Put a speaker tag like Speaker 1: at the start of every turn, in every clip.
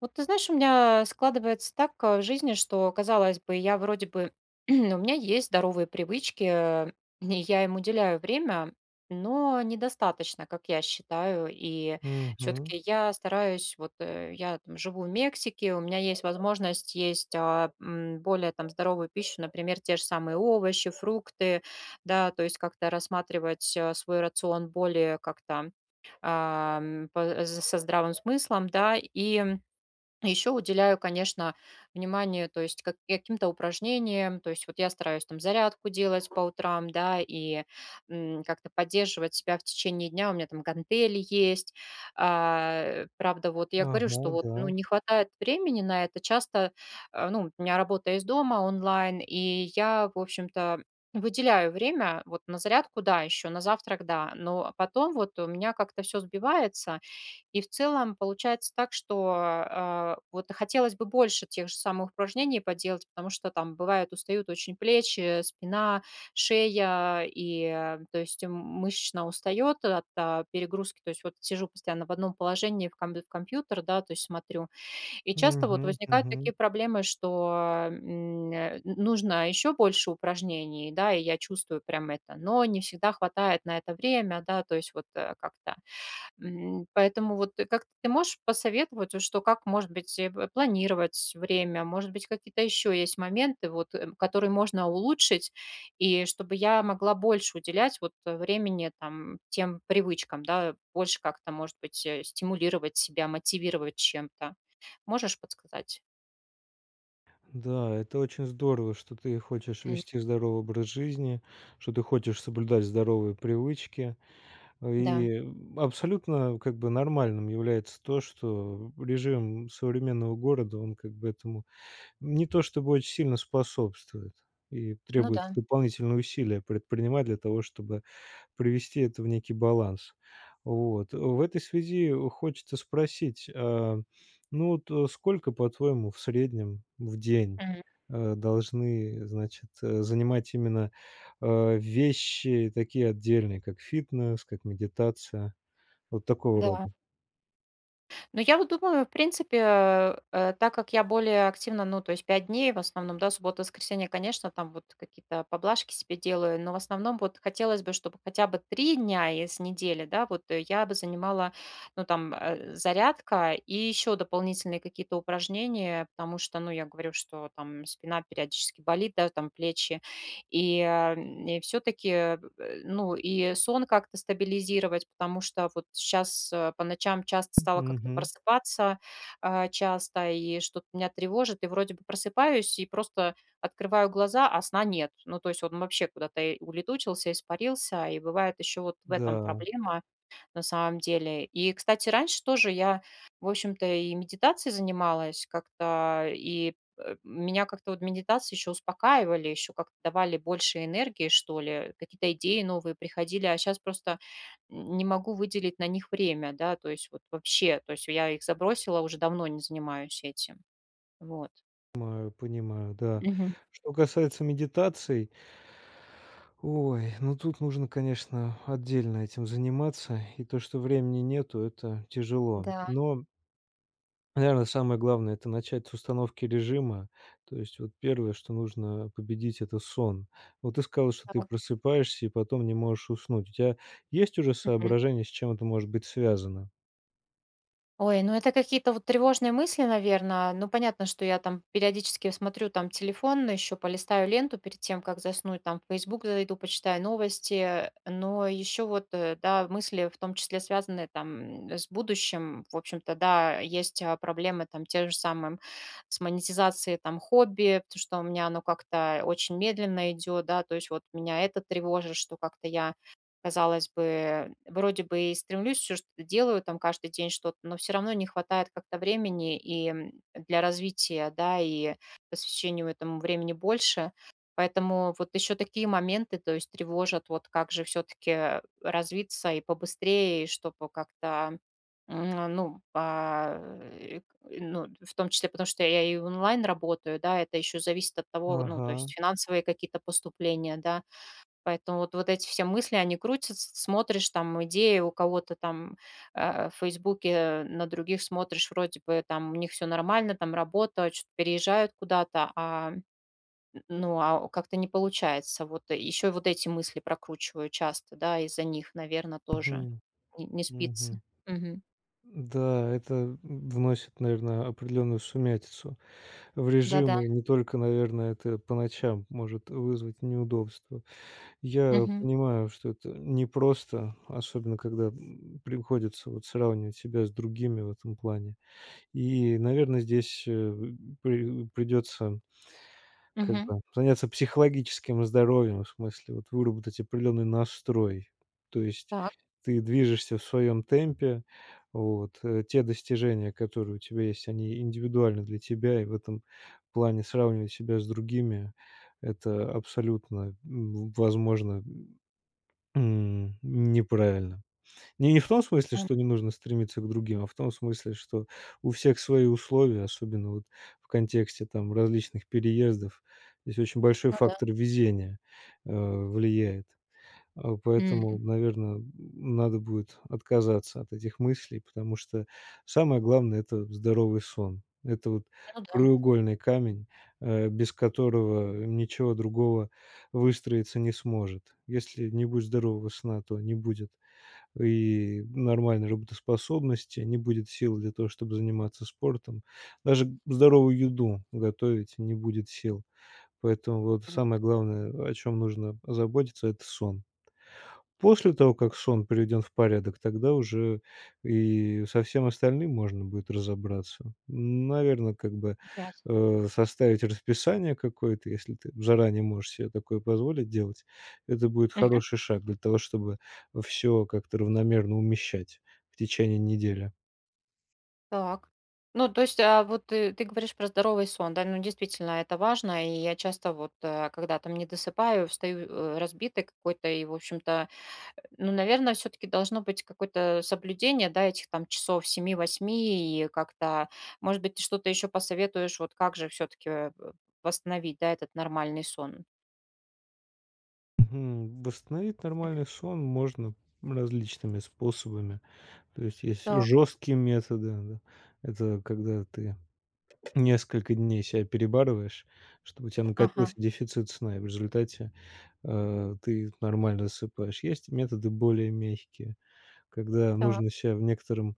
Speaker 1: Вот ты знаешь, у меня складывается так в жизни, что, казалось бы, я вроде бы, у меня есть здоровые привычки, и я им уделяю время, но недостаточно, как я считаю. И
Speaker 2: Мгм.
Speaker 1: все-таки я стараюсь, вот я там живу в Мексике, у меня есть возможность есть более там здоровую пищу, например, те же самые овощи, фрукты, да, то есть как-то рассматривать свой рацион более как-то со здравым смыслом, да, и еще уделяю, конечно, внимание, то есть каким-то упражнениям, то есть вот я стараюсь там зарядку делать по утрам, да, и как-то поддерживать себя в течение дня, у меня там гантели есть. А, правда, вот я говорю,
Speaker 2: Ага,
Speaker 1: что вот, ну,
Speaker 2: да.
Speaker 1: не хватает времени на это, часто, ну, у меня работа из дома онлайн, и я, в общем-то, выделяю время, вот на зарядку, да, еще, на завтрак, да, но потом вот у меня как-то все сбивается, и в целом получается так, что, вот хотелось бы больше тех же самых упражнений поделать, потому что там бывают устают очень плечи, спина, шея, и, то есть мышечно устает от, перегрузки. То есть вот сижу постоянно в одном положении в компьютер, да, то есть смотрю. И часто вот
Speaker 2: Мгм,
Speaker 1: возникают такие
Speaker 2: мгм.
Speaker 1: проблемы, что, нужно еще больше упражнений, да, и я чувствую прям это, но не всегда хватает на это время, да, то есть вот, как-то. М, поэтому вот как ты можешь посоветовать, вот что как, может быть, э, п планировать время? Может быть, какие-то еще есть моменты, вот, которые можно улучшить, и чтобы я могла больше уделять вот времени там тем привычкам, да, больше как-то, может быть, стимулировать себя, мотивировать чем-то. Можешь подсказать?
Speaker 2: Да, это очень здорово, что ты хочешь
Speaker 1: М.
Speaker 2: вести здоровый образ жизни, что ты хочешь соблюдать здоровые привычки.
Speaker 1: Да.
Speaker 2: И абсолютно как бы нормальным является то, что режим современного города, он как бы этому не то чтобы очень сильно способствует. И
Speaker 1: Ну
Speaker 2: требуется
Speaker 1: да.
Speaker 2: дополнительные усилия предпринимать для того, чтобы привести это в некий баланс. Вот. В этой связи хочется спросить, ну вот, сколько, по-твоему, в среднем в день,
Speaker 1: М,
Speaker 2: должны, значит, занимать именно, вещи такие отдельные, как фитнес, как медитация, вот такого
Speaker 1: да.
Speaker 2: рода?
Speaker 1: Но я вот думаю, в принципе, так как я более активно, ну, то есть 5 дней в основном, да, суббота, воскресенье, конечно, там вот какие-то поблажки себе делаю, но в основном вот хотелось бы, чтобы хотя бы 3 дня из недели, да, вот я бы занимала, ну, там, зарядка и еще дополнительные какие-то упражнения, потому что, ну, я говорю, что там спина периодически болит, да, там плечи, и, и все-таки, ну, и сон как-то стабилизировать, потому что вот сейчас по ночам часто стала как-то
Speaker 2: Мгм.
Speaker 1: просыпаться, часто, и что-то меня тревожит, и вроде бы просыпаюсь, и просто открываю глаза, а сна нет. Ну, то есть он вообще куда-то и улетучился, испарился, и бывает еще вот в этом
Speaker 2: Да.
Speaker 1: проблема, на самом деле. И, кстати, раньше тоже я, в общем-то, и медитацией занималась как-то, и меня как-то вот медитации еще успокаивали, еще как-то давали больше энергии, что ли, какие-то идеи новые приходили, а сейчас просто не могу выделить на них время, да, то есть вот вообще, то есть я их забросила, уже давно не занимаюсь этим, вот.
Speaker 2: Понимаю, понимаю, да.
Speaker 1: Мгм.
Speaker 2: Что касается медитаций, ой, ну тут нужно, конечно, отдельно этим заниматься. И то, что времени нету- это тяжело.
Speaker 1: Да,
Speaker 2: Но, наверное, самое главное- это начать с установки режима. То есть вот первое, что нужно победить- это сон. Вот ты сказал, что ты
Speaker 1: так.
Speaker 2: просыпаешься и потом не можешь уснуть. У тебя есть уже
Speaker 1: Мгм.
Speaker 2: соображение, с чем это может быть связано?
Speaker 1: Ой, ну это какие-то вот тревожные мысли, наверное. Ну, понятно, что я там периодически смотрю там телефон, еще полистаю ленту перед тем, как заснуть, там в Facebook зайду, почитаю новости, но еще вот, да, мысли в том числе связаны там с будущим. В общем-то, да, есть проблемы там те же самые с монетизацией там хобби, потому что у меня оно как-то очень медленно идет, да, то есть вот меня это тревожит, что как-то я казалось бы, вроде бы и стремлюсь, все что-то делаю, там каждый день что-то, но все равно не хватает как-то времени и для развития, да, и посвящению этому времени больше. Поэтому вот еще такие моменты, то есть тревожат, вот как же все-таки развиться и побыстрее, и чтобы как-то, ну, ну, в том числе, потому что я и онлайн работаю, да, это еще зависит от того, ну,
Speaker 2: Ага.
Speaker 1: то есть финансовые какие-то поступления, да, Поэтому вот эти все мысли, они крутятся, смотришь там идеи у кого-то там, в "Фейсбуке", на других смотришь, вроде бы там у них все нормально, там работа, чё-то переезжают куда-то, ну, а как-то не получается. Вот еще вот эти мысли прокручиваю часто, да, из-за них, наверное, тоже
Speaker 2: Мгм.
Speaker 1: не спится.
Speaker 2: Мгм.
Speaker 1: Мгм.
Speaker 2: Да, это вносит, наверное, определенную сумятицу в
Speaker 1: Да-да.
Speaker 2: режимы. Не только, наверное, это по ночам может вызвать неудобства. Я
Speaker 1: Мгм.
Speaker 2: понимаю, что это непросто, особенно когда приходится вот сравнивать себя с другими в этом плане. И, наверное, здесь придется как
Speaker 1: Мгм.
Speaker 2: бы заняться психологическим здоровьем, в смысле вот выработать определенный настрой. То есть
Speaker 1: Так.
Speaker 2: ты движешься в своем темпе, вот, те достижения, которые у тебя есть, они индивидуальны для тебя, и в этом плане сравнивать себя с другими- это абсолютно, возможно, неправильно. Не в том смысле,
Speaker 1: М.
Speaker 2: что не нужно стремиться к другим, а в том смысле, что у всех свои условия, особенно вот в контексте там различных переездов. Здесь очень большой
Speaker 1: Ну да.
Speaker 2: фактор везения, влияет. Поэтому,
Speaker 1: М.
Speaker 2: наверное надо будет отказаться от этих мыслей, потому что самое главное- это здоровый сон. Это вот
Speaker 1: Ну да.
Speaker 2: краеугольный камень, без которого ничего другого выстроиться не сможет. Если не будет здорового сна, то не будет и нормальной работоспособности, не будет сил для того, чтобы заниматься спортом. Даже здоровую еду готовить не будет сил. Поэтому вот
Speaker 1: М.
Speaker 2: самое главное, о чем нужно заботиться- это сон. После того, как сон приведен в порядок, тогда уже и со всем остальным можно будет разобраться. Наверное, как бы,
Speaker 1: Ясно.
Speaker 2: составить расписание какое-то, если ты заранее можешь себе такое позволить делать, это будет
Speaker 1: Мгм.
Speaker 2: хороший шаг для того, чтобы все как-то равномерно умещать в течение недели.
Speaker 1: Так. Ну, то есть, вот ты говоришь про здоровый сон, да? Ну, действительно, это важно. И я часто вот, когда там не досыпаю, встаю, разбитой какой-то. И, в общем-то, ну, наверное, все-таки должно быть какое-то соблюдение, да, этих там часов 7-8. И как-то, может быть, ты что-то еще посоветуешь, вот как же все-таки восстановить, да, этот нормальный сон?
Speaker 2: Мгм. Восстановить нормальный сон можно различными способами. То есть есть
Speaker 1: Так.
Speaker 2: жесткие методы, да. Это когда ты несколько дней себя перебарываешь, чтобы у тебя накопился
Speaker 1: Ага.
Speaker 2: дефицит сна, и в результате, ты нормально засыпаешь. Есть методы более мягкие, когда
Speaker 1: Так.
Speaker 2: нужно себя в некотором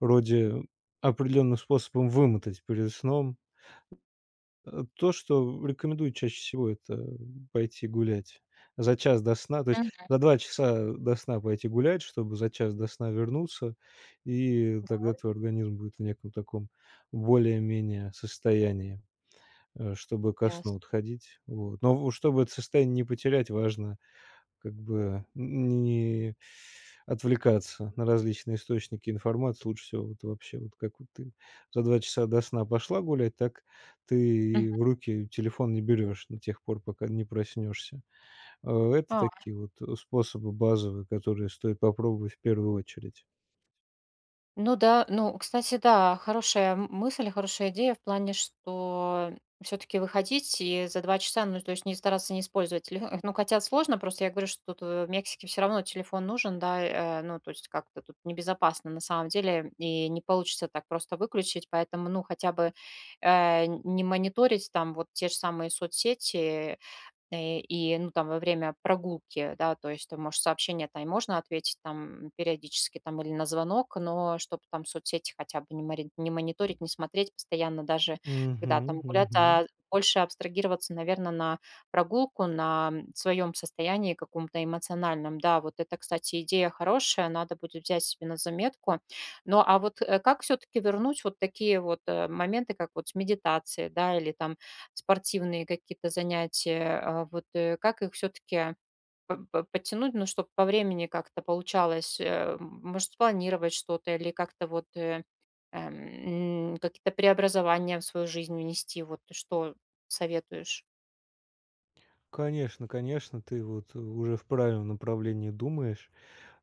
Speaker 2: роде определенным способом вымотать перед сном. То, что рекомендуют чаще всего- это пойти гулять за час до сна, то есть
Speaker 1: Мгм.
Speaker 2: за 2 часа до сна пойти гулять, чтобы за час до сна вернуться, и тогда твой организм будет в неком таком более-менее состоянии чтобы ко сну
Speaker 1: Ясно.
Speaker 2: отходить. Вот. Но в чтобы это состояние не потерять, важно как бы не отвлекаться на различные источники информации. Лучше всего вот вообще, вот как вот ты за 2 часа до сна пошла гулять, так
Speaker 1: Мгм.
Speaker 2: ты в руки телефон не берешь до тех пор, пока не проснешься. Это
Speaker 1: А.
Speaker 2: такие вот, способы базовые, которые стоит попробовать в первую очередь.
Speaker 1: Ну да, ну, кстати, да, хорошая мысль, хорошая идея в плане, что все-таки выходить и за 2 часа, ну, то есть не стараться не использовать телефон. Ну, хотя сложно, просто я говорю, что тут в Мексике все равно телефон нужен, да, ну, то есть как-то тут небезопасно на самом деле, и не получится так просто выключить, поэтому, ну, хотя бы не мониторить там вот те же самые соцсети. И, ну, там во время прогулки, да, то есть ты можешь сообщение-то и можно ответить там периодически там или на звонок, но чтобы там соцсети хотя бы не мониторить, не смотреть постоянно, даже
Speaker 2: Мгм,
Speaker 1: когда там гулять,
Speaker 2: мгм.
Speaker 1: а больше абстрагироваться, наверное, на прогулку, на своем состоянии каком-то эмоциональном. Да, вот это, кстати, идея хорошая, надо будет взять себе на заметку. Ну, а вот как все-таки вернуть вот такие вот моменты, как вот с медитацией, да, или там спортивные какие-то занятия, как их все-таки подтянуть, ну, чтобы по времени как-то получалось, может, спланировать что-то или как-то вот какие-то преобразования в свою жизнь внести, вот ты что советуешь?
Speaker 2: Конечно, конечно, ты вот уже в правильном направлении думаешь.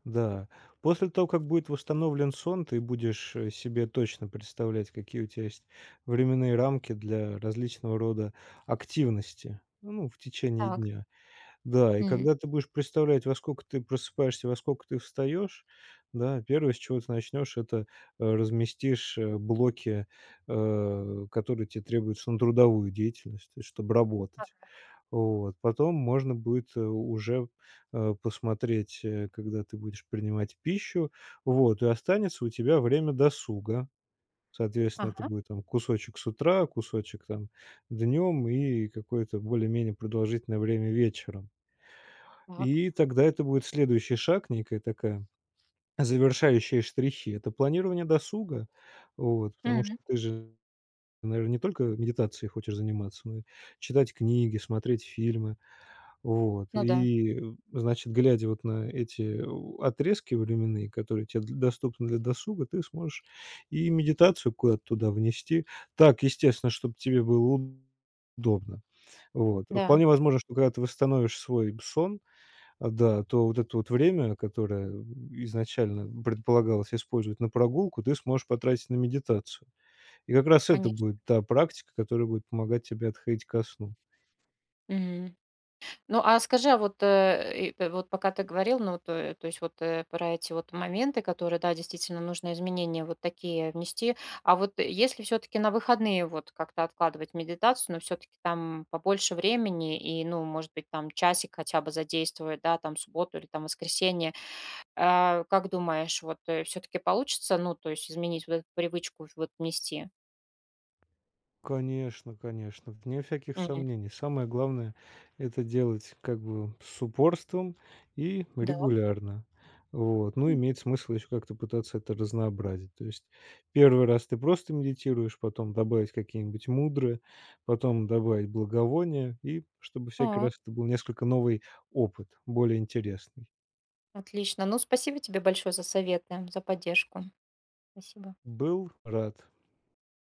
Speaker 2: Да. После того, как будет восстановлен сон, ты будешь себе точно представлять, какие у тебя есть временные рамки для различного рода активности, ну, в течение
Speaker 1: Так.
Speaker 2: дня. Да, и
Speaker 1: М.
Speaker 2: когда ты будешь представлять, во сколько ты просыпаешься, во сколько ты встаешь, да, первое, с чего ты начнешь, это разместишь блоки, которые тебе требуются на трудовую деятельность, то есть чтобы работать.
Speaker 1: Так.
Speaker 2: Вот. Потом можно будет, уже, посмотреть, когда ты будешь принимать пищу. Вот. И останется у тебя время досуга. Соответственно, это
Speaker 1: Ага.
Speaker 2: будет там кусочек с утра, кусочек там днем и какое-то более-менее продолжительное время вечером.
Speaker 1: Так.
Speaker 2: И тогда это будет следующий шаг, некая такая завершающие штрихи. Это планирование досуга. Вот. Потому что
Speaker 1: М.
Speaker 2: ты же, наверное не только медитацией хочешь заниматься, но и читать книги, смотреть фильмы. Вот,
Speaker 1: Ну да.
Speaker 2: и, значит, глядя вот на эти у отрезки временные, которые тебе д доступны для досуга, ты сможешь и медитацию куда-то туда внести. Так, естественно, чтобы тебе было удобно. Вот.
Speaker 1: Да,
Speaker 2: Вполне возможно, что когда ты восстановишь свой сон, да, то вот это вот время, которое изначально предполагалось использовать на прогулку, ты сможешь потратить на медитацию. И как раз это
Speaker 1: конечно.
Speaker 2: будет та практика, которая будет помогать тебе отходить ко сну.
Speaker 1: Ну, а скажи, вот пока ты говорил, ну, то есть вот про эти вот моменты, которые, да, действительно нужно изменения вот такие внести. А вот если все-таки на выходные вот как-то откладывать медитацию, но все-таки там побольше времени и, ну, может быть, там часик хотя бы задействовать, да, там субботу или там воскресенье, а, как думаешь, вот все-таки получится, ну, то есть изменить вот эту привычку вот внести?
Speaker 2: Конечно, конечно, вне всяких
Speaker 1: Мгм.
Speaker 2: сомнений. Самое главное- это делать как бы с упорством и
Speaker 1: Да.
Speaker 2: регулярно. Вот. Ну,
Speaker 1: М.
Speaker 2: имеет смысл еще как-то пытаться это разнообразить. То есть первый раз ты просто медитируешь, потом добавить какие-нибудь мудры, потом добавить благовония, и чтобы всякий
Speaker 1: А,
Speaker 2: раз это был несколько новый опыт, более интересный.
Speaker 1: отлично. Ну, спасибо тебе большое за советы, за поддержку. Спасибо.
Speaker 2: Был рад.